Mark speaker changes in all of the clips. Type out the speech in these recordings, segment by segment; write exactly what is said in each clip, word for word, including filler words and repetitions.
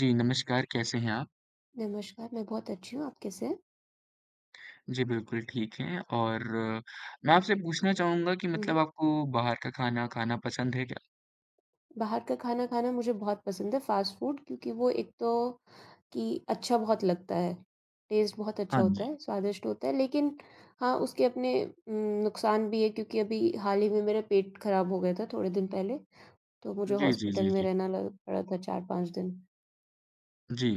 Speaker 1: जी, नमस्कार, कैसे हैं आप?
Speaker 2: नमस्कार, मैं बहुत अच्छी हूँ, आप कैसे हैं?
Speaker 1: जी, बिल्कुल ठीक हैं और अ, मैं आपसे पूछना चाहूँगा कि
Speaker 2: हुँ, हुँ।
Speaker 1: मतलब आपको बाहर का खाना, खाना पसंद है क्या?
Speaker 2: बाहर का खाना खाना मुझे बहुत पसंद है, फ़ास्ट फ़ूड क्योंकि वो एक तो कि अच्छा बहुत लगता है, टेस्ट बहुत अच्छा
Speaker 1: हाँ
Speaker 2: होता
Speaker 1: जी।
Speaker 2: है, स्वादिष्ट होता है, लेकिन हाँ, उसके अपने उम, नुकसान भी है क्योंकि अभी हाल ही में मेरा पेट खराब हो गया था थोड़े दिन पहले, तो मुझे
Speaker 1: जी, जी,
Speaker 2: हॉस्पिटल
Speaker 1: जी,
Speaker 2: में
Speaker 1: जी।
Speaker 2: रहना लग पड़ा था चार पाँच दिन।
Speaker 1: जी।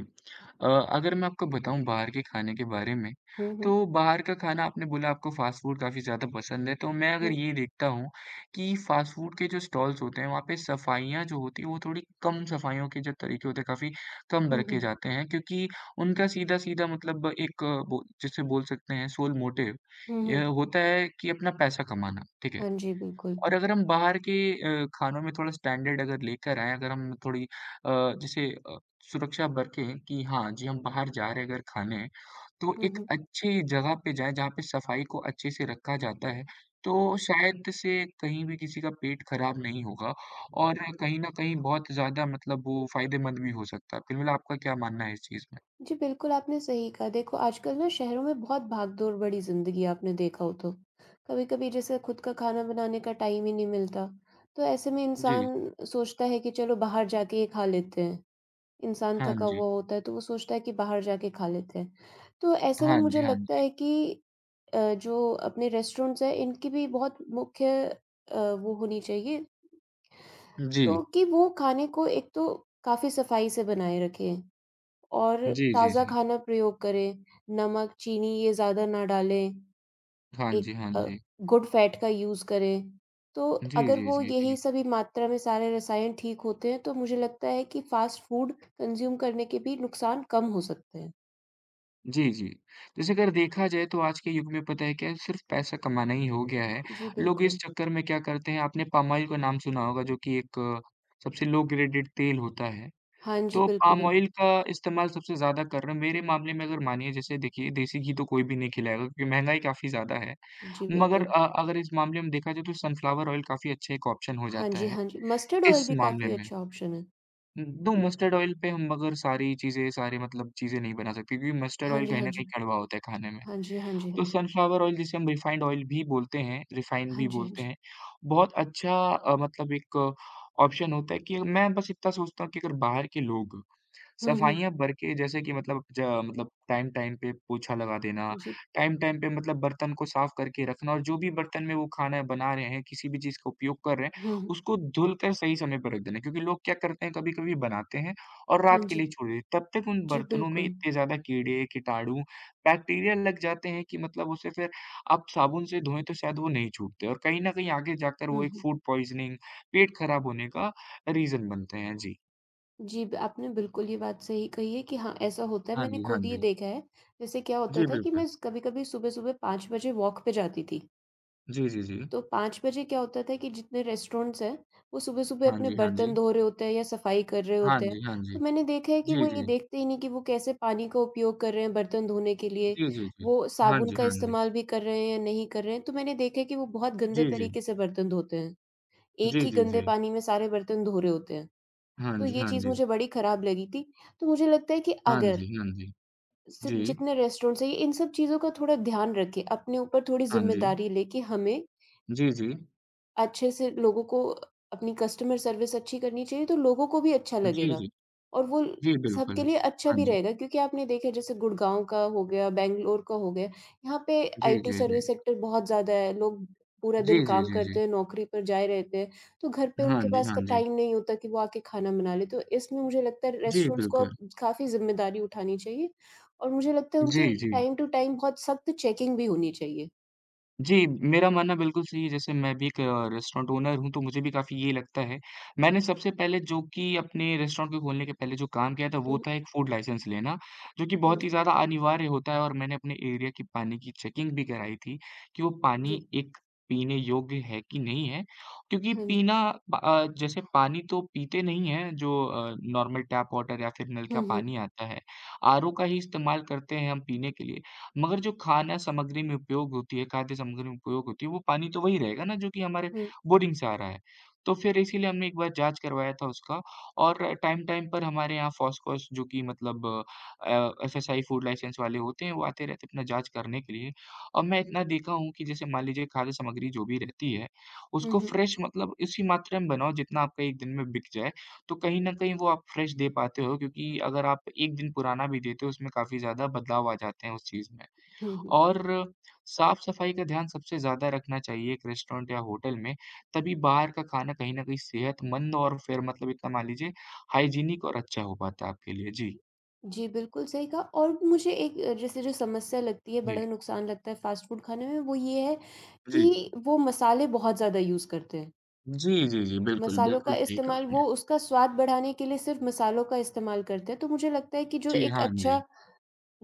Speaker 1: अ, अगर मैं आपको बताऊँ बाहर के खाने के बारे में,
Speaker 2: हुँ, हुँ,
Speaker 1: तो बाहर का खाना आपने बोला आपको फ़ास्ट फ़ूड काफ़ी ज़्यादा पसंद है, तो मैं अगर
Speaker 2: हुँ,
Speaker 1: ये देखता हूँ कि फ़ास्ट फ़ूड के जो स्टॉल्स होते हैं, वहाँ पे सफाइयाँ जो होती हैं, वो थोड़ी कम सफाइयों के जो तरीके होते हैं, काफ़ी कम
Speaker 2: हुँ, हुँ,
Speaker 1: बरते जाते हैं क्योंकि उनका सीधा-सीधा मतलब एक अ, बो जिसे बोल सकते हैं सोल मोटिव,
Speaker 2: हुँ, हुँ।
Speaker 1: यह होता है कि अपना पैसा कमाना, ठीक है?
Speaker 2: हाँ जी, बिल्कुल।
Speaker 1: और अगर हम बाहर के अ, खानों में थोड़ा स्टैंडर्ड अगर लेकर आएँ, अगर हम थोड़ी अ, जैसे अ, सुरक्षा बरतें कि हाँ जी, हम बाहर जा रहे हैं अगर खाने, तो
Speaker 2: हुँ,
Speaker 1: एक
Speaker 2: हुँ।
Speaker 1: अच्छी जगह पे जाएँ जहाँ पे सफाई को अच्छे से रखा जाता है, तो शायद से कहीं भी किसी का पेट खराब नहीं होगा और कहीं न कहीं बहुत ज़्यादा मतलब वो फ़ायदेमंद भी हो सकता है। फिलहाल आपका क्या मानना है इस चीज़ में?
Speaker 2: जी, बिल्कुल आपने सही कहा। देखो आजकल ना शहरों में बहुत भागदौड़ भरी ज़िंदगी है आपने देखा हो तो। कभी-कभी जैसे खुद का खाना बनाने का टाइम ही नहीं मिलता, तो ऐसे में
Speaker 1: जी।
Speaker 2: इंसान सोचता है कि चलो बाहर जाके ये खा लेते हैं। इंसान
Speaker 1: हाँ
Speaker 2: थका
Speaker 1: जी।
Speaker 2: हुआ होता है तो वो सोचता है कि बाहर जाके खा लेते हैं। तो ऐसे में
Speaker 1: हाँ
Speaker 2: मुझे
Speaker 1: जी, हाँ
Speaker 2: लगता
Speaker 1: जी।
Speaker 2: है कि अ, जो अपने रेस्टोरेंट्स हैं इनकी भी बहुत मुख्य अ, वो होनी चाहिए
Speaker 1: जी।
Speaker 2: तो कि वो खाने को एक तो काफ़ी सफाई से बनाए रखें। और
Speaker 1: जी, जी,
Speaker 2: ताज़ा
Speaker 1: जी।
Speaker 2: खाना प्रयोग करें, नमक, चीनी ये ज़्यादा ना डालें,
Speaker 1: हाँ
Speaker 2: एक
Speaker 1: जी, हाँ
Speaker 2: अ,
Speaker 1: जी।
Speaker 2: गुड फैट का यूज़ करें। तो
Speaker 1: जी,
Speaker 2: अगर
Speaker 1: जी,
Speaker 2: वो
Speaker 1: जी,
Speaker 2: यही
Speaker 1: जी।
Speaker 2: सभी मात्रा में सारे रसायन ठीक होते हैं, तो मुझे लगता है कि फ़ास्ट फ़ूड कंज़्यूम करने के भी नुकसान कम हो सकते हैं।
Speaker 1: जी, जी। जैसे अगर देखा जाए तो आज के युग में पता है क्या है सिर्फ़ पैसा कमाना ही हो गया है।
Speaker 2: जी,
Speaker 1: लोग इस
Speaker 2: बिल्कुल।
Speaker 1: चक्कर में क्या करते हैं आपने पाम ऑयल का नाम सुना होगा जो कि एक अ, सबसे लो ग्रेडेड तेल होता है।
Speaker 2: हाँ जी,
Speaker 1: तो
Speaker 2: बिल्कुल,
Speaker 1: पाम
Speaker 2: बिल्कुल।
Speaker 1: ऑयल का इस्तेमाल सबसे ज़्यादा कर रहे हैं। मेरे मामले में अगर मानिए जैसे देखिए देसी घी तो कोई भी नहीं खिलाएगा क्योंकि महँगाई काफ़ी ज़्यादा है।
Speaker 2: जी,
Speaker 1: मगर
Speaker 2: बिल्कुल।
Speaker 1: अ, अगर इस मामले में देखा जाए तो सनफ्लावर ऑयल काफ़ी अच्छा एक ऑप्शन हो
Speaker 2: हाँ
Speaker 1: जाता
Speaker 2: जी,
Speaker 1: है,
Speaker 2: हाँ जी। मस्टर्ड ऑयल
Speaker 1: इस
Speaker 2: भी
Speaker 1: मामले
Speaker 2: काफ़ी
Speaker 1: में।
Speaker 2: अच्छा ऑप्शन है।
Speaker 1: दो
Speaker 2: हुँ,
Speaker 1: मस्टर्ड ऑयल पे हम मगर सारी चीज़ें सारे मतलब चीज़ें नहीं बना सकते क्योंकि मस्टर्ड
Speaker 2: हाँ
Speaker 1: ऑयल
Speaker 2: जी,
Speaker 1: कहीं
Speaker 2: हाँ
Speaker 1: न
Speaker 2: जी।
Speaker 1: कहीं कड़वा होता है खाने में।
Speaker 2: हाँ जी, हाँ जी,
Speaker 1: तो
Speaker 2: हाँ जी।
Speaker 1: सनफ्लावर ऑयल जिसे हम रिफाइंड ऑयल भी बोलते हैं, रिफाइन
Speaker 2: हाँ
Speaker 1: भी
Speaker 2: जी, हाँ
Speaker 1: बोलते
Speaker 2: जी।
Speaker 1: हैं, बहुत अच्छा अ, मतलब एक ऑप्शन होता है कि मैं बस इतना सोचता हूँ कि अगर बाहर के लोग
Speaker 2: हुँ, हुँ।
Speaker 1: सफाइयाँ भर के जैसे कि मतलब ज मतलब टाइम टाइम पे पोछा लगा देना,
Speaker 2: जी।
Speaker 1: टाइम टाइम पे मतलब बर्तन को साफ करके रखना और जो भी बर्तन में वो खाना बना रहे हैं, किसी भी चीज़ का उपयोग कर रहे हैं,
Speaker 2: हुँ, हुँ।
Speaker 1: उसको धुलकर सही समय पर रख देना। क्योंकि लोग क्या करते हैं कभी-कभी बनाते हैं और
Speaker 2: हाँ
Speaker 1: रात के
Speaker 2: जी।
Speaker 1: लिए छोड़ देते हैं। तब तक उन
Speaker 2: जी,
Speaker 1: बर्तनों में
Speaker 2: बिल्कुल।
Speaker 1: इतने ज़्यादा कीड़े, कीटाणु, बैक्टीरिया लग जाते हैं कि मतलब उसे फिर आप साबुन से धोएँ तो शायद वो नहीं छूटते और कहीं न कहीं आगे जाकर
Speaker 2: हुँ,
Speaker 1: वो एक
Speaker 2: हुँ।
Speaker 1: फूड पॉइज़निंग, पेट खराब होने का रीज़न बनते हैं। जी।
Speaker 2: जी, ब आपने बिल्कुल ये बात सही कही है कि हाँ, ऐसा होता है,
Speaker 1: हाँ
Speaker 2: मैंने
Speaker 1: जी, हाँ
Speaker 2: खुद ये
Speaker 1: जी।
Speaker 2: देखा है। जैसे क्या होता
Speaker 1: जी,
Speaker 2: था कि
Speaker 1: बिल्कुल।
Speaker 2: मैं कभी-कभी सुबह-सुबह पाँच बजे वॉक पे जाती थी।
Speaker 1: जी, जी, जी।
Speaker 2: तो पाँच बजे क्या होता था कि जितने रेस्टोरेंट्स हैं, वो सुबह-सुबह
Speaker 1: हाँ
Speaker 2: अपने
Speaker 1: जी, हाँ जी।
Speaker 2: बर्तन धो रहे होते हैं या सफाई कर रहे
Speaker 1: हाँ
Speaker 2: होते हैं।
Speaker 1: जी, हाँ जी।
Speaker 2: तो मैंने देखा है कि वो
Speaker 1: जी,
Speaker 2: ये
Speaker 1: जी।
Speaker 2: देखते ही नहीं कि वो कैसे पानी का उपयोग कर रहे हैं बर्तन धोने के लिए,
Speaker 1: जी, जी, जी।
Speaker 2: वो
Speaker 1: हाँ
Speaker 2: साबुन
Speaker 1: जी,
Speaker 2: का
Speaker 1: हाँ जी।
Speaker 2: इस्तेमाल भी कर रहे हैं या नहीं कर रहे हैं। तो मैंने देखा है कि वो बहुत गंदे
Speaker 1: जी, जी।
Speaker 2: तरीके से बर्तन धोते हैं। एक
Speaker 1: जी,
Speaker 2: ही
Speaker 1: जी,
Speaker 2: गंदे
Speaker 1: जी।
Speaker 2: पानी में सारे बर्तन धो रहे होते हैं।
Speaker 1: हाँ
Speaker 2: तो
Speaker 1: जी,
Speaker 2: ये
Speaker 1: हाँ
Speaker 2: चीज़
Speaker 1: जी।
Speaker 2: मुझे बड़ी ख़राब लगी थी। तो मुझे लगता है कि
Speaker 1: हाँ
Speaker 2: अगर
Speaker 1: जी, हाँ जी।
Speaker 2: सिर्फ़
Speaker 1: जी।
Speaker 2: जितने रेस्टोरेंट्स हैं, ये इन सब चीज़ों का थोड़ा ध्यान रखें, अपने ऊपर थोड़ी
Speaker 1: हाँ जी।
Speaker 2: ज़िम्मेदारी लें कि हमें
Speaker 1: जी, जी।
Speaker 2: अच्छे से लोगों को अपनी कस्टमर सर्विस अच्छी करनी चाहिए, तो लोगों को भी अच्छा
Speaker 1: जी,
Speaker 2: लगेगा
Speaker 1: जी।
Speaker 2: और वो
Speaker 1: जी,
Speaker 2: सबके
Speaker 1: बिल्कुल।
Speaker 2: लिए अच्छा
Speaker 1: हाँ
Speaker 2: भी
Speaker 1: जी।
Speaker 2: रहेगा क्योंकि आपने देखा जैसे गुड़गाँव का हो गया, बैंगलोर का हो गया, यहाँ पे
Speaker 1: जी,
Speaker 2: आईटी
Speaker 1: जी, जी।
Speaker 2: सर्विस सेक्टर बहुत ज़्यादा है, लोग पूरा
Speaker 1: जी,
Speaker 2: दिन
Speaker 1: जी,
Speaker 2: काम
Speaker 1: जी,
Speaker 2: करते
Speaker 1: जी।
Speaker 2: हैं, नौकरी पर जाए रहते हैं, तो घर पे
Speaker 1: हाँ
Speaker 2: उनके
Speaker 1: जी,
Speaker 2: पास
Speaker 1: हाँ
Speaker 2: का
Speaker 1: जी।
Speaker 2: टाइम नहीं होता कि वो आके खाना बना लें, तो इसमें मुझे लगता है
Speaker 1: जी,
Speaker 2: रेस्टोरेंट्स को
Speaker 1: बिल्कुल।
Speaker 2: अब काफ़ी ज़िम्मेदारी उठानी चाहिए और मुझे लगता है
Speaker 1: जी,
Speaker 2: उनकी
Speaker 1: जी।
Speaker 2: टाइम टू टाइम बहुत सख्त चेकिंग भी होनी चाहिए।
Speaker 1: जी, मेरा मानना बिल्कुल सही है, जैसे मैं भी एक रेस्टोरेंट ओनर हूँ, तो मुझे भी काफ़ी ये लगता है। मैंने सबसे पहले जो कि अपने रेस्टोरेंट को खोलने के पहले जो काम किया था,
Speaker 2: हुँ,
Speaker 1: वो
Speaker 2: हुँ।
Speaker 1: था एक फूड लाइसेंस लेना, जो कि
Speaker 2: हाँ
Speaker 1: बहुत
Speaker 2: जी,
Speaker 1: ही ज़्यादा अनिवार्य होता है और मैंने अपने एरिया के पानी की चेकिंग भी कराई थी, कि वो पानी
Speaker 2: जी।
Speaker 1: एक पीने योग्य है कि नहीं है। क्योंकि
Speaker 2: हाँ जी।
Speaker 1: पीना प अ, जैसे पानी तो पीते नहीं हैं, जो अ, नॉर्मल टैप वाटर या फिर नल
Speaker 2: हुँ,
Speaker 1: का
Speaker 2: हुँ।
Speaker 1: पानी आता है। आरओ का ही इस्तेमाल करते हैं हम पीने के लिए। मगर जो खाना सामग्री में उपयोग होती है, खाद्य सामग्री में उपयोग होती है, वो पानी तो वही रहेगा ना जो कि हमारे
Speaker 2: हुँ।
Speaker 1: बोरिंग से आ रहा है। तो फिर इसीलिए हमने एक बार जाँच करवाया था उसका और टाइम-टाइम पर हमारे यहाँ फॉस्कोस जो कि मतलब अ, एफएसआई फूड लाइसेंस वाले होते हैं, वो आते रहते हैं अपना जाँच करने के लिए। और मैं इतना देखा हूँ कि जैसे मान लीजिए खाद्य सामग्री जो भी रहती है,
Speaker 2: हुँ,
Speaker 1: उसको
Speaker 2: हुँ।
Speaker 1: फ्रेश मतलब उसी मात्रा में बनाओ जितना आपका एक दिन में बिक जाए, तो कहीं न कहीं वो आप फ्रेश दे पाते हो क्योंकि अगर आप एक दिन पुराना भी देते हो, उसमें काफ़ी ज़्यादा बदलाव आ जाते हैं उस चीज़ में।
Speaker 2: हुँ, हुँ।
Speaker 1: और साफ-सफाई का ध्यान सबसे ज़्यादा रखना चाहिए एक रेस्टोरेंट या होटल में, तभी बाहर का खाना कहीं न कहीं सेहतमंद और फिर मतलब इतना मान लीजिए हाइजीनिक और अच्छा हो पाता है आपके लिए। जी,
Speaker 2: जी, बिल्कुल सही कहा और मुझे एक अ, जैसे जो समस्या लगती है,
Speaker 1: जी,
Speaker 2: बड़ा नुकसान लगता है फ़ास्ट फ़ूड खाने में, वो ये है
Speaker 1: जी।
Speaker 2: कि वो मसाले बहुत ज़्यादा यूज़ करते हैं।
Speaker 1: जी, जी, जी, बिल्कुल,
Speaker 2: मसालों का
Speaker 1: बिल्कुल सही कहा
Speaker 2: इस्तेमाल
Speaker 1: आपने।
Speaker 2: वो उसका स्वाद बढ़ाने के लिए सिर्फ़ मसालों का इस्तेमाल करते हैं, तो मुझे लगता है कि जो
Speaker 1: जी,
Speaker 2: एक
Speaker 1: हाँ
Speaker 2: अच्छा
Speaker 1: जी।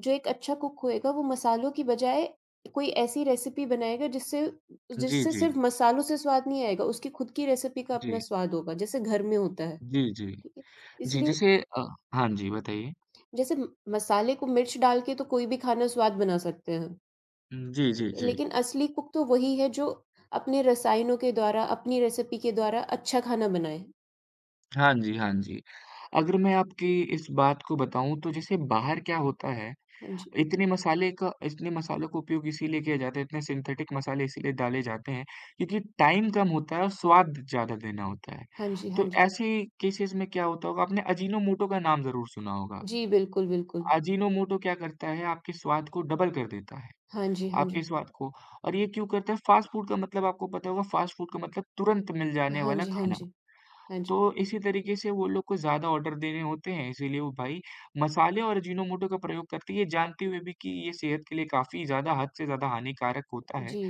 Speaker 2: जो एक अच्छा कुक होएगा, वो मसालों की बजाय कोई ऐसी रेसिपी बनाएगा जिससे
Speaker 1: जी,
Speaker 2: जिससे
Speaker 1: जी,
Speaker 2: सिर्फ़ मसालों से स्वाद नहीं आएगा, उसकी खुद की रेसिपी का अपना
Speaker 1: जी।
Speaker 2: स्वाद होगा, जैसे घर में होता है,
Speaker 1: जी, जी।
Speaker 2: ठीक है?
Speaker 1: जी,
Speaker 2: इसलिए
Speaker 1: जैसे अ, हाँ जी, बताइए?
Speaker 2: जैसे म मसाले को मिर्च डाल के तो कोई भी खाना स्वाद बना सकते हैं,
Speaker 1: जी,
Speaker 2: ठीक
Speaker 1: जी,
Speaker 2: है,
Speaker 1: जी।
Speaker 2: लेकिन असली कुक तो वही है जो अपने रसायनों के द्वारा, अपनी रेसिपी के द्वारा अच्छा खाना बनाए।
Speaker 1: हाँ जी, हाँ जी। अगर मैं आपकी इस बात को बताऊँ तो जैसे बाहर क्या होता है
Speaker 2: हाँ जी।
Speaker 1: इतने मसाले का इतने मसालों का उपयोग इसीलिए किया जाता है, इतने सिंथेटिक मसाले इसीलिए डाले जाते हैं, क्योंकि टाइम कम होता है और स्वाद ज़्यादा देना होता है।
Speaker 2: हाँ जी, हाँ
Speaker 1: तो
Speaker 2: जी।
Speaker 1: ऐसे केसेज़ में क्या होता होगा आपने अजीनोमोटो का नाम ज़रूर सुना होगा।
Speaker 2: जी, बिल्कुल, बिल्कुल।
Speaker 1: अजीनोमोटो क्या करता है आपके स्वाद को डबल कर देता है,
Speaker 2: हाँ जी, हाँ
Speaker 1: आपके
Speaker 2: जी।
Speaker 1: स्वाद को और ये क्यों करता है? फ़ास्ट फ़ूड का मतलब आपको पता होगा फ़ास्ट फ़ूड का मतलब तुरंत मिल जाने
Speaker 2: हाँ
Speaker 1: वाला
Speaker 2: जी, हाँ
Speaker 1: खाना।
Speaker 2: जी। हाँ जी।
Speaker 1: तो इसी तरीके से वो लोग को ज़्यादा ऑर्डर देने होते हैं, इसीलिए वो भाई मसाले और अजीनोमोटो का प्रयोग करती है, जानते हुए भी कि ये सेहत के लिए काफ़ी ज़्यादा हद से ज़्यादा हानिकारक होता है।
Speaker 2: जी।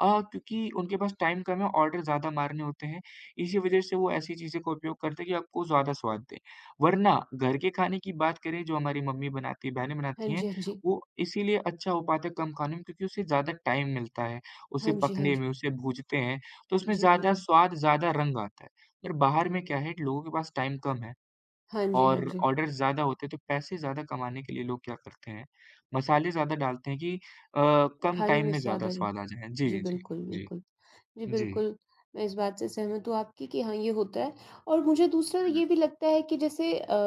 Speaker 1: अ, क्योंकि उनके पास टाइम कम है, ऑर्डर ज़्यादा मारने होते हैं, इसी वजह से वो ऐसी चीज़ों का उपयोग करते हैं कि आपको ज़्यादा स्वाद दें। वरना घर के खाने की बात करें जो हमारी मम्मी बनाती है, बहनें
Speaker 2: हाँ
Speaker 1: बनाती हैं,
Speaker 2: जी, हाँ जी।
Speaker 1: वो इसीलिए अच्छा हो पाता है कम खाने में क्योंकि उसे ज़्यादा टाइम मिलता है,
Speaker 2: हाँ
Speaker 1: उसे
Speaker 2: जी, हाँ
Speaker 1: पकने
Speaker 2: जी।
Speaker 1: में, उसे भूनते हैं, तो उसमें
Speaker 2: जी,
Speaker 1: ज़्यादा
Speaker 2: बिल्कुल।
Speaker 1: स्वाद, ज़्यादा रंग आता है। पर बाहर में क्या है, लोगों के पास टाइम कम है,
Speaker 2: हाँ जी, हाँ
Speaker 1: और
Speaker 2: जी।
Speaker 1: ऑर्डर्स ज़्यादा होते हैं, तो पैसे ज़्यादा कमाने के लिए लोग क्या करते हैं, मसाले ज़्यादा डालते हैं कि अ, कम
Speaker 2: खाने
Speaker 1: टाइम
Speaker 2: में
Speaker 1: में
Speaker 2: स्वाद
Speaker 1: ज़्यादा
Speaker 2: और
Speaker 1: स्वाद आ जाए। जी,
Speaker 2: जी,
Speaker 1: जी,
Speaker 2: बिल्कुल,
Speaker 1: जी,
Speaker 2: बिल्कुल। जी,
Speaker 1: जी।
Speaker 2: बिल्कुल, मैं इस बात से सहमत हूँ आपकी कि हाँ, ये होता है और मुझे दूसरा
Speaker 1: हुँ।
Speaker 2: ये भी लगता है कि जैसे अ,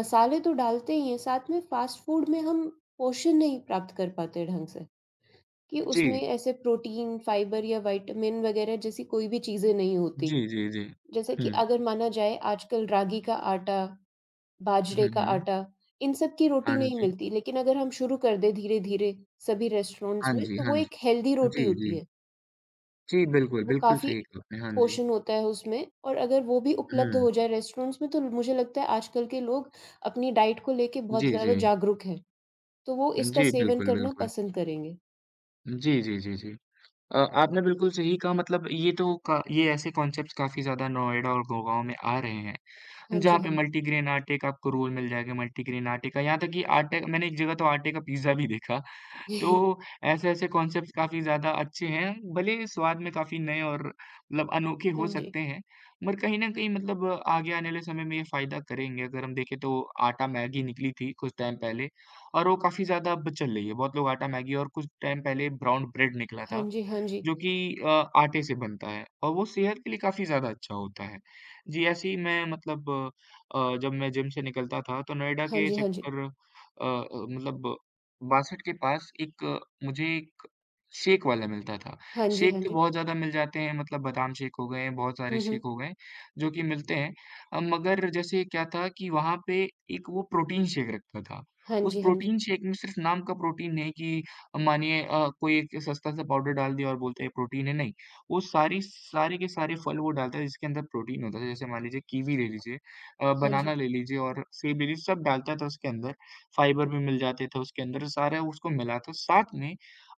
Speaker 2: मसाले तो डालते ही हैं, साथ में फ़ास्ट फ़ूड में हम पोषण नहीं प्राप्त कर पाते ढंग से, कि उसमें
Speaker 1: जी,
Speaker 2: ऐसे प्रोटीन, फ़ाइबर या विटामिन वगैरह जैसी कोई भी चीज़ें नहीं होती।
Speaker 1: जी, जी, जी।
Speaker 2: जैसे कि
Speaker 1: हुँ,
Speaker 2: अगर माना जाए आजकल रागी का आटा बाजरे
Speaker 1: हुँ,
Speaker 2: का
Speaker 1: हुँ।
Speaker 2: आटा, इन सब की रोटी
Speaker 1: हाँ
Speaker 2: नहीं
Speaker 1: जी,
Speaker 2: मिलती, लेकिन अगर हम शुरू कर दें धीरे-धीरे सभी रेस्टोरेंट्स
Speaker 1: हाँ
Speaker 2: में,
Speaker 1: जी,
Speaker 2: तो
Speaker 1: हाँ
Speaker 2: वो एक
Speaker 1: जी।
Speaker 2: हेल्दी रोटी
Speaker 1: जी, जी।
Speaker 2: होती है।
Speaker 1: जी,
Speaker 2: ठीक-
Speaker 1: बिल्कुल,
Speaker 2: वो
Speaker 1: बिल्कुल
Speaker 2: काफ़ी
Speaker 1: सही कहा आपने। हाँ जी।
Speaker 2: पोषण होता है उसमें और अगर वो भी उपलब्ध
Speaker 1: हुँ।
Speaker 2: हो जाए रेस्टोरेंट्स में, तो मुझे लगता है आजकल के लोग अपनी डाइट को लेके बहुत
Speaker 1: जी,
Speaker 2: ज़्यादा
Speaker 1: जी।
Speaker 2: जागरूक हैं, तो वो इसका
Speaker 1: जी,
Speaker 2: सेवन
Speaker 1: बिल्कुल,
Speaker 2: करना
Speaker 1: बिल्कुल।
Speaker 2: पसंद करेंगे।
Speaker 1: जी, जी, जी, जी। अ, आपने बिल्कुल सही कहा मतलब ये तो का ये ऐसे कॉन्सेप्ट्स काफ़ी ज़्यादा नोएडा और गुड़गाँव में आ रहे हैं।
Speaker 2: हाँ जी,
Speaker 1: जहाँ
Speaker 2: हाँ।
Speaker 1: पे
Speaker 2: जी
Speaker 1: मल्टीग्रेन आटे का आपको रोल मिल जाएगा, मल्टीग्रेन आटे का, यहाँ तक कि आटे मैंने एक जगह तो आटे का पिज़्ज़ा भी देखा। तो ऐसे-ऐसे कॉन्सेप्ट्स काफ़ी ज़्यादा अच्छे हैं, भले ही स्वाद में काफ़ी नए और मतलब अनोखे
Speaker 2: हाँ
Speaker 1: हो
Speaker 2: जी।
Speaker 1: सकते हैं, मगर कहीं न कहीं मतलब आगे आने वाले समय में ये फ़ायदा करेंगे। अगर हम देखें तो आटा मैगी निकली थी कुछ टाइम पहले और वो काफ़ी ज़्यादा अब चल रही है। बहुत लोग आटा मैगी और कुछ टाइम पहले ब्राउन ब्रेड निकला
Speaker 2: हाँ
Speaker 1: था,
Speaker 2: जी, हाँ जी।
Speaker 1: जो कि अ, आटे से बनता है और वो सेहत के लिए काफ़ी ज़्यादा अच्छा होता है। जी, ऐसे ही मैं मतलब अ, जब मैं जिम से निकलता था तो नोएडा
Speaker 2: हाँ
Speaker 1: के
Speaker 2: जी, हाँ जी।
Speaker 1: सेक्टर अ अ, मतलब बासठ के पास एक अ, मुझे एक शेक वाला मिलता था।
Speaker 2: हाँ जी,
Speaker 1: शेक
Speaker 2: हाँ
Speaker 1: तो
Speaker 2: जी।
Speaker 1: बहुत ज़्यादा मिल जाते हैं मतलब बादाम शेक हो गए, बहुत सारे
Speaker 2: हुँ, हुँ।
Speaker 1: शेक हो गए जो कि मिलते हैं। अ, मगर जैसे क्या था कि वहाँ पे एक वो प्रोटीन शेक रखता था।
Speaker 2: हाँ
Speaker 1: उस
Speaker 2: जी, हाँ जी।
Speaker 1: प्रोटीन शेक में सिर्फ़ नाम का प्रोटीन है कि मानिए अ, कोई एक सस्ता सा पाउडर डाल दिया और बोलते हैं प्रोटीन है, नहीं। वो सारी सारे के सारे फल वो डालता है जिसके अंदर प्रोटीन होता है। जैसे मान लीजिए कीवी ले लीजिए अ,
Speaker 2: हाँ जी।
Speaker 1: बनाना ले लीजिए और सेब ले लीजिए, सब डालता था उसके अंदर, फाइबर भी मिल जाते थे उसके अंदर, सारा उसको मिला था। साथ में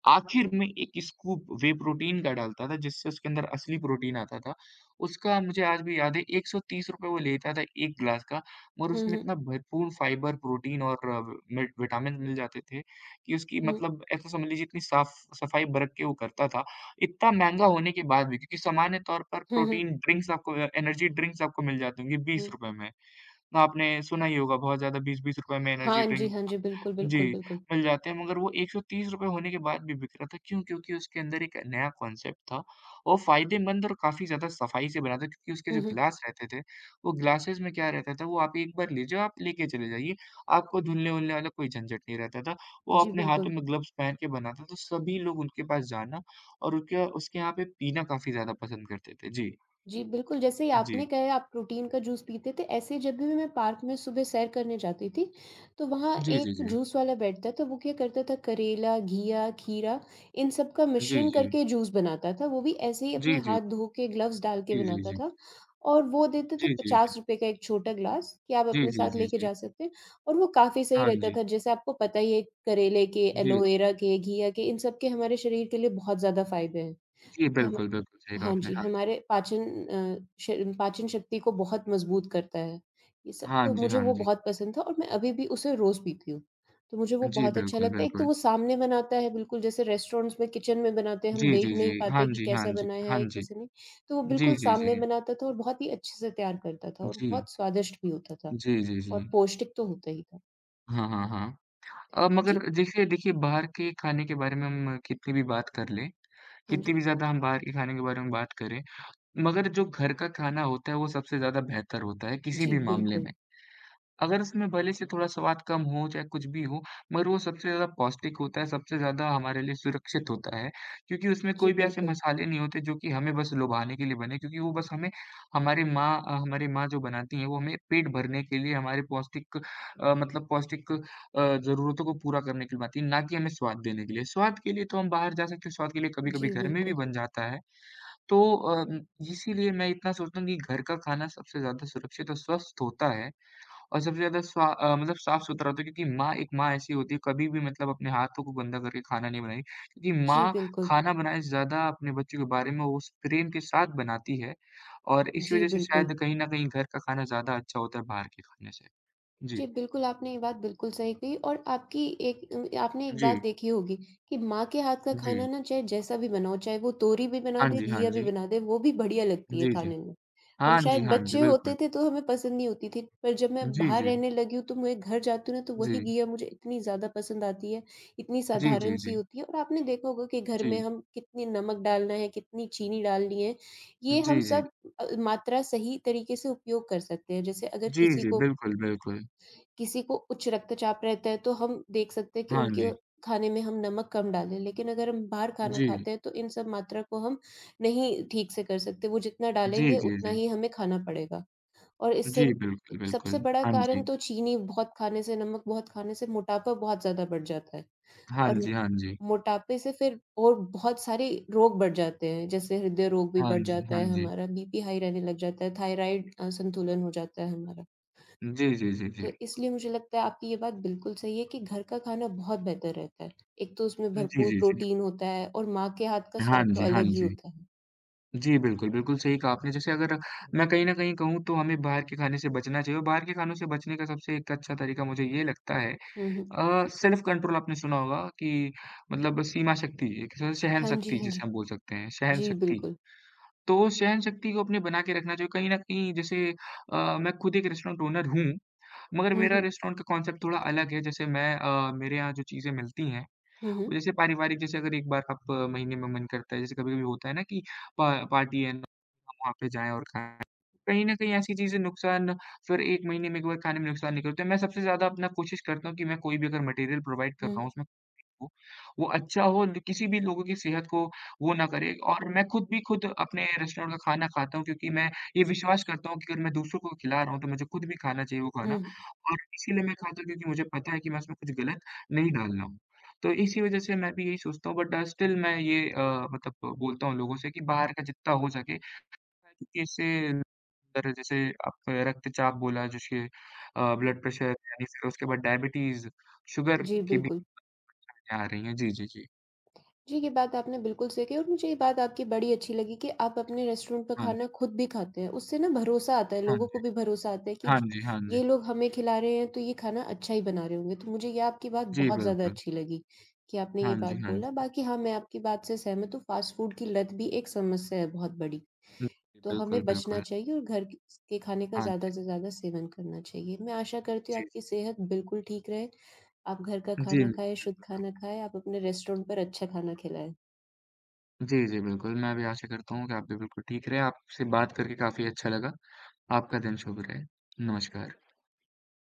Speaker 1: आखिर में एक स्कूप व्हे प्रोटीन का डालता था जिससे उसके अंदर असली प्रोटीन आता था। उसका मुझे आज भी याद है ₹एक सौ तीस रुपए वो लेता था एक ग्लास का और
Speaker 2: हुँ,
Speaker 1: उसमें
Speaker 2: हुँ।
Speaker 1: इतना भरपूर फाइबर, प्रोटीन और विट विटामिन मिल जाते थे कि उसकी
Speaker 2: हुँ।
Speaker 1: मतलब ऐसा समझ लीजिए इतनी साफ सफाई बरत के वो करता था। इतना महँगा होने के बाद भी क्योंकि सामान्य तौर पर
Speaker 2: हुँ, हुँ।
Speaker 1: प्रोटीन ड्रिंक्स आपको एनर्जी ड्रिंक्स आपको मिल जाते होंगे
Speaker 2: हुँ।
Speaker 1: ₹बीस रुपए में। आपने सुना ही होगा बहुत ज़्यादा बीस बीस रुपए में एनर्जी
Speaker 2: हाँ जी,
Speaker 1: ड्रिंक
Speaker 2: हाँ जी। बिल्कुल,
Speaker 1: जी,
Speaker 2: बिल्कुल, बिल्कुल।
Speaker 1: मिल जाते हैं मगर वो एक सौ तीस रुपए होने के बाद भी बिक रहा था। क्यों? क्योंकि उसके अंदर एक नया कॉन्सेप्ट था और फ़ायदेमंद और काफ़ी ज़्यादा सफाई से बना था क्योंकि उसके
Speaker 2: हुँ,
Speaker 1: जो
Speaker 2: हुँ।
Speaker 1: ग्लास रहते थे, वो ग्लासेज़ में क्या रहता था वो आप एक बार ले जाओ, आप लेके चले जाइए। आपको धुलने-वुलने वाला कोई झंझट नहीं रहता था। वो
Speaker 2: जी,
Speaker 1: अपने हाथों
Speaker 2: बिल्कुल।
Speaker 1: में ग्लव्स पहन के बनाता था, तो सभी लोग उनके पास जाना और उनके उसके यहाँ पे पीना काफ़ी ज़्यादा पसंद करते थे। जी,
Speaker 2: जी, बिल्कुल, जैसे ही
Speaker 1: जी।
Speaker 2: आपने कहा आप प्रोटीन का जूस पीते थे, ऐसे ही जब भी मैं पार्क में सुबह सैर करने जाती थी, तो वहाँ
Speaker 1: जी, जी,
Speaker 2: एक
Speaker 1: जी।
Speaker 2: जूस वाला बैठता था, तो वो क्या करता था करेला, घिया, खीरा इन सब का
Speaker 1: जी,
Speaker 2: मिश्रण
Speaker 1: जी।
Speaker 2: करके जूस बनाता था, वो भी ऐसे ही अपने
Speaker 1: जी, जी।
Speaker 2: हाथ धो के ग्लव्स डाल के
Speaker 1: जी, जी,
Speaker 2: बनाता
Speaker 1: जी।
Speaker 2: था और वो देते थे
Speaker 1: जी, जी, जी।
Speaker 2: ₹पचास रुपये का एक छोटा ग्लास कि आप
Speaker 1: जी,
Speaker 2: अपने
Speaker 1: जी,
Speaker 2: साथ
Speaker 1: जी,
Speaker 2: लेके
Speaker 1: जी।
Speaker 2: जा सकते हैं और वो काफ़ी सही
Speaker 1: हाँ
Speaker 2: रहता
Speaker 1: जी।
Speaker 2: था। जैसे आपको पता ही है करेले के,
Speaker 1: जी।
Speaker 2: एलोवेरा के, घिया के इन सब के हमारे शरीर के लिए बहुत ज़्यादा फ़ायदे हैं।
Speaker 1: जी, बिल्कुल, बिल्कुल सही कहा
Speaker 2: हाँ
Speaker 1: आपने।
Speaker 2: जी,
Speaker 1: हाँ जी।
Speaker 2: हमारे पाचन अ, श पाचन शक्ति को बहुत मज़बूत करता है। ये सब
Speaker 1: हाँ
Speaker 2: तो
Speaker 1: जी,
Speaker 2: मुझे
Speaker 1: हाँ
Speaker 2: वो
Speaker 1: जी।
Speaker 2: बहुत पसंद था और मैं अभी भी उसे रोज़ पीती हूँ। तो मुझे वो
Speaker 1: जी,
Speaker 2: बहुत अच्छा
Speaker 1: बिल्कुल,
Speaker 2: लगता है। एक तो
Speaker 1: बिल्कुल।
Speaker 2: वो सामने बनाता है बिल्कुल जैसे रेस्टोरेंट्स में किचन में बनाते हैं, हम
Speaker 1: जी,
Speaker 2: देख
Speaker 1: जी, जी।
Speaker 2: नहीं
Speaker 1: हाँ
Speaker 2: पाते कि
Speaker 1: जी, हाँ
Speaker 2: कैसा
Speaker 1: जी।
Speaker 2: बनाया
Speaker 1: हाँ
Speaker 2: है,
Speaker 1: जी।
Speaker 2: कैसे नहीं। तो वो
Speaker 1: जी,
Speaker 2: बिल्कुल
Speaker 1: जी,
Speaker 2: सामने
Speaker 1: जी।
Speaker 2: बनाता था और बहुत ही अच्छे से तैयार करता था और
Speaker 1: जी।
Speaker 2: बहुत स्वादिष्ट भी होता था
Speaker 1: जी, जी, जी।
Speaker 2: और पौष्टिक तो होता ही था।
Speaker 1: हाँ, हाँ, हाँ। अ, मगर
Speaker 2: जी,
Speaker 1: देखिए देखिए बाहर के खाने के बारे में हम कितनी भी बात कर लें,
Speaker 2: हाँ
Speaker 1: कितनी
Speaker 2: जी।
Speaker 1: भी ज़्यादा हम बाहर के खाने के बारे में बात करें, मगर जो घर का खाना होता है वो सबसे ज़्यादा बेहतर होता है किसी
Speaker 2: जी,
Speaker 1: भी मामले में।
Speaker 2: बिल्कुल।
Speaker 1: अगर उसमें भले से थोड़ा स्वाद कम हो, चाहे कुछ भी हो, मगर वो सबसे ज़्यादा पौष्टिक होता है, सबसे ज़्यादा हमारे लिए सुरक्षित होता है। क्योंकि उसमें
Speaker 2: जी,
Speaker 1: कोई भी ऐसे
Speaker 2: बिल्कुल।
Speaker 1: मसाले नहीं होते जो कि हमें बस लुभाने के लिए बने, क्योंकि वो बस हमें हमारी माँ अ, हमारी माँ जो बनाती हैं, वो हमें पेट भरने के लिए हमारे पौष्टिक अ, मतलब पौष्टिक अ, ज़रूरतों को पूरा करने के लिए बनाती है, ना कि हमें स्वाद देने के लिए। स्वाद के लिए तो हम बाहर जा सकते हैं, स्वाद के लिए कभी-कभी
Speaker 2: जी,
Speaker 1: घर में भी
Speaker 2: बिल्कुल।
Speaker 1: बन जाता है। तो अ, इसीलिए मैं इतना सोचता हूँ कि घर का खाना सबसे ज़्यादा सुरक्षित और स्वस्थ होता है। और सबसे ज़्यादा स्वा अ, मतलब साफ-सुथरा होता है क्योंकि माँ एक माँ ऐसी होती है कभी भी मतलब अपने हाथों को गंदा करके खाना नहीं बनाएगी। क्योंकि
Speaker 2: जी,
Speaker 1: माँ
Speaker 2: बिल्कुल।
Speaker 1: खाना बनाए से ज़्यादा अपने बच्चों के बारे में उस प्रेम के साथ बनाती है और इसी
Speaker 2: जी,
Speaker 1: वज़ह से
Speaker 2: बिल्कुल।
Speaker 1: शायद कहीं न कहीं घर का खाना ज़्यादा अच्छा होता है बाहर के खाने से। जी।
Speaker 2: जी, बिल्कुल, आपने ये बात बिल्कुल सही कही और आपकी एक अ, आपने एक बात
Speaker 1: जी,
Speaker 2: देखी होगी कि माँ के हाथ का खाना
Speaker 1: जी।
Speaker 2: ना चाहे जैसा भी बनाओ, चाहे वो तोरी भी बना
Speaker 1: हाँ
Speaker 2: दे,
Speaker 1: जी, हाँ
Speaker 2: घिया भी
Speaker 1: जी।
Speaker 2: बना दे, वो भी बढ़िया लगती है
Speaker 1: जी, जी।
Speaker 2: खाने में। हम
Speaker 1: हाँ
Speaker 2: शायद
Speaker 1: जी, हाँ जी,
Speaker 2: बच्चे होते
Speaker 1: बिल्कुल।
Speaker 2: थे तो हमें पसंद नहीं होती थी, पर जब मैं
Speaker 1: जी,
Speaker 2: बाहर
Speaker 1: जी।
Speaker 2: रहने लगी हूँ तो मैं घर जाती हूँ ना तो
Speaker 1: जी।
Speaker 2: वही घिया मुझे इतनी ज़्यादा पसंद आती है, इतनी
Speaker 1: जी, जी,
Speaker 2: साधारण-सी
Speaker 1: जी।
Speaker 2: होती है और आपने देखा होगा कि घर
Speaker 1: जी।
Speaker 2: में हम कितनी नमक डालना है, कितनी चीनी डालनी है, ये हम
Speaker 1: जी, जी।
Speaker 2: सब अ, मात्रा सही तरीके से उपयोग कर सकते हैं। जैसे अगर
Speaker 1: जी,
Speaker 2: किसी
Speaker 1: जी,
Speaker 2: को
Speaker 1: बिल्कुल, बिल्कुल।
Speaker 2: किसी को उच्च रक्तचाप रहता है, तो हम देख सकते हैं कि
Speaker 1: हाँ
Speaker 2: उनके
Speaker 1: जी।
Speaker 2: खाने में हम नमक कम डालें, लेकिन अगर हम बाहर खाना
Speaker 1: जी।
Speaker 2: खाते हैं, तो इन सब मात्रा को हम नहीं ठीक से कर सकते, वो जितना
Speaker 1: जी,
Speaker 2: डालेंगे
Speaker 1: जी,
Speaker 2: उतना
Speaker 1: जी।
Speaker 2: ही हमें खाना पड़ेगा। और
Speaker 1: जी,
Speaker 2: इससे
Speaker 1: बिल्कुल, बिल्कुल।
Speaker 2: सबसे बड़ा
Speaker 1: हाँ
Speaker 2: कारण
Speaker 1: जी।
Speaker 2: तो चीनी बहुत खाने से, नमक बहुत खाने से मोटापा बहुत ज़्यादा बढ़ जाता है
Speaker 1: हाँ
Speaker 2: और
Speaker 1: जी, हाँ जी।
Speaker 2: मोटापे से फिर और बहुत सारे रोग बढ़ जाते हैं, जैसे हृदय रोग भी
Speaker 1: हाँ
Speaker 2: बढ़
Speaker 1: जी,
Speaker 2: जाता
Speaker 1: हाँ
Speaker 2: है
Speaker 1: जी।
Speaker 2: हमारा, बीपी हाई रहने लग जाता है, थायराइड असंतुलन हो जाता है हमारा।
Speaker 1: जी, जी, जी, जी।
Speaker 2: तो इसलिए मुझे लगता है आपकी ये बात बिल्कुल सही है कि घर का खाना बहुत बेहतर रहता है। एक तो उसमें
Speaker 1: जी,
Speaker 2: भरपूर
Speaker 1: जी, जी।
Speaker 2: प्रोटीन होता है और माँ के हाथ का
Speaker 1: हाँ
Speaker 2: स्वाद तो
Speaker 1: जी, हाँ
Speaker 2: अलग ही
Speaker 1: जी।
Speaker 2: होता है।
Speaker 1: जी, बिल्कुल, बिल्कुल सही कहा आपने। जैसे अगर मैं कहीं न कहीं कहूँ तो हमें बाहर के खाने से बचना चाहिए और बाहर के खानों से बचने का सबसे एक अच्छा तरीका मुझे ये लगता है
Speaker 2: हुँ, हुँ।
Speaker 1: अ, सेल्फ कंट्रोल आपने सुना होगा कि मतलब सीमा शक्ति एक तरह से सहन
Speaker 2: हाँ जी,
Speaker 1: शक्ति
Speaker 2: हाँ जी।
Speaker 1: जिसे हम बोल सकते हैं, सहन
Speaker 2: जी,
Speaker 1: शक्ति।
Speaker 2: बिल्कुल।
Speaker 1: तो वो सहन शक्ति को अपने बना के रखना चाहिए। कहीं न कहीं जैसे अ, मैं खुद एक रेस्टोरेंट ओनर हूँ, मगर
Speaker 2: हुँ,
Speaker 1: मेरा
Speaker 2: हुँ।
Speaker 1: रेस्टोरेंट का कॉन्सेप्ट थोड़ा अलग है। जैसे मैं अ, मेरे यहाँ जो चीज़ें मिलती हैं
Speaker 2: हुँ,
Speaker 1: और
Speaker 2: हुँ।
Speaker 1: जैसे पारिवारिक जैसे अगर एक बार आप अ, महीने में मन करता है, जैसे कभी-कभी होता है ना कि पा पार्टी है ना, हम वहाँ पे जाएँ और खाएँ। कहीं न कहीं ऐसी चीज़ें नुकसान फिर एक महीने में एक बार खाने में नुकसान नहीं करते। मैं सबसे ज़्यादा अपना कोशिश करता हूँ कि मैं कोई भी अगर मटीरियल प्रोवाइड कर
Speaker 2: हुँ,
Speaker 1: रहा हूँ उसमें हो, वो अच्छा हो ल किसी भी लोगों की सेहत को वो ना करे और मैं खुद भी खुद अपने रेस्टोरेंट का खाना खाता हूँ क्योंकि मैं ये विश्वास करता हूँ कि अगर मैं दूसरों को खिला रहा हूँ तो मुझे खुद भी खाना चाहिए वो खाना
Speaker 2: हुँ,
Speaker 1: और इसीलिए मैं खाता हूँ क्योंकि मुझे पता है कि मैं उसमें कुछ गलत नहीं डाल रहा हूँ। तो इसी वज़ह से मैं भी यही सोचता हूँ बट स्टिल मैं ये अ, मतलब बोलता हूँ लोगों से कि बाहर का जितना हो सके क्योंकि इससे अगर जैसे आप रक्तचाप बोला जिसके अ,
Speaker 2: हुँ।
Speaker 1: ब्लड प्रेशर यानी फिर उसके बाद डायबिटीज़, शुगर
Speaker 2: जी,
Speaker 1: की
Speaker 2: बिल्कुल।
Speaker 1: बीमारियाँ आ रही हैं। जी, जी, जी।
Speaker 2: जी, ये बात आपने बिल्कुल सही कही और मुझे ये बात आपकी बड़ी अच्छी लगी कि आप अपने रेस्टोरेंट का
Speaker 1: हाँ जी,
Speaker 2: खाना खुद भी खाते हैं। उससे ना भरोसा आता है,
Speaker 1: हाँ
Speaker 2: लोगों को
Speaker 1: जी।
Speaker 2: भी भरोसा आता है कि
Speaker 1: हाँ
Speaker 2: ज
Speaker 1: जी, हाँ जी।
Speaker 2: ये लोग हमें खिला रहे हैं, तो ये खाना अच्छा ही बना रहे होंगे। तो मुझे ये आपकी बात
Speaker 1: जी,
Speaker 2: बहुत ज़्यादा
Speaker 1: बिल्कुल।
Speaker 2: अच्छी लगी कि आपने ये
Speaker 1: हाँ
Speaker 2: बात
Speaker 1: जी, हाँ
Speaker 2: बोला।
Speaker 1: जी।
Speaker 2: बाकी हाँ, मैं आपकी बात से सहमत हूँ, फ़ास्ट फ़ूड की लत भी एक समस्या है बहुत बड़ी।
Speaker 1: जी,
Speaker 2: तो हमें
Speaker 1: बिल्कुल,
Speaker 2: बचना
Speaker 1: बिल्कुल।
Speaker 2: चाहिए और घर क के खाने का
Speaker 1: हाँ
Speaker 2: ज़्यादा
Speaker 1: जी,
Speaker 2: से ज़्यादा सेवन करना चाहिए। मैं आशा करती हूँ
Speaker 1: जी, जी।
Speaker 2: आपकी सेहत बिल्कुल ठीक रहे, आप घर का
Speaker 1: जी,
Speaker 2: खाना खाएँ, शुद्ध
Speaker 1: बिल्कुल।
Speaker 2: खाना खाएँ, आप अपने रेस्टोरेंट पर अच्छा खाना खिलाएँ।
Speaker 1: जी, जी, बिल्कुल। मैं भी आशा करता हूँ कि आप भी बिल्कुल ठीक रहें। आपसे बात करके काफ़ी अच्छा लगा। आपका दिन शुभ रहे। नमस्कार।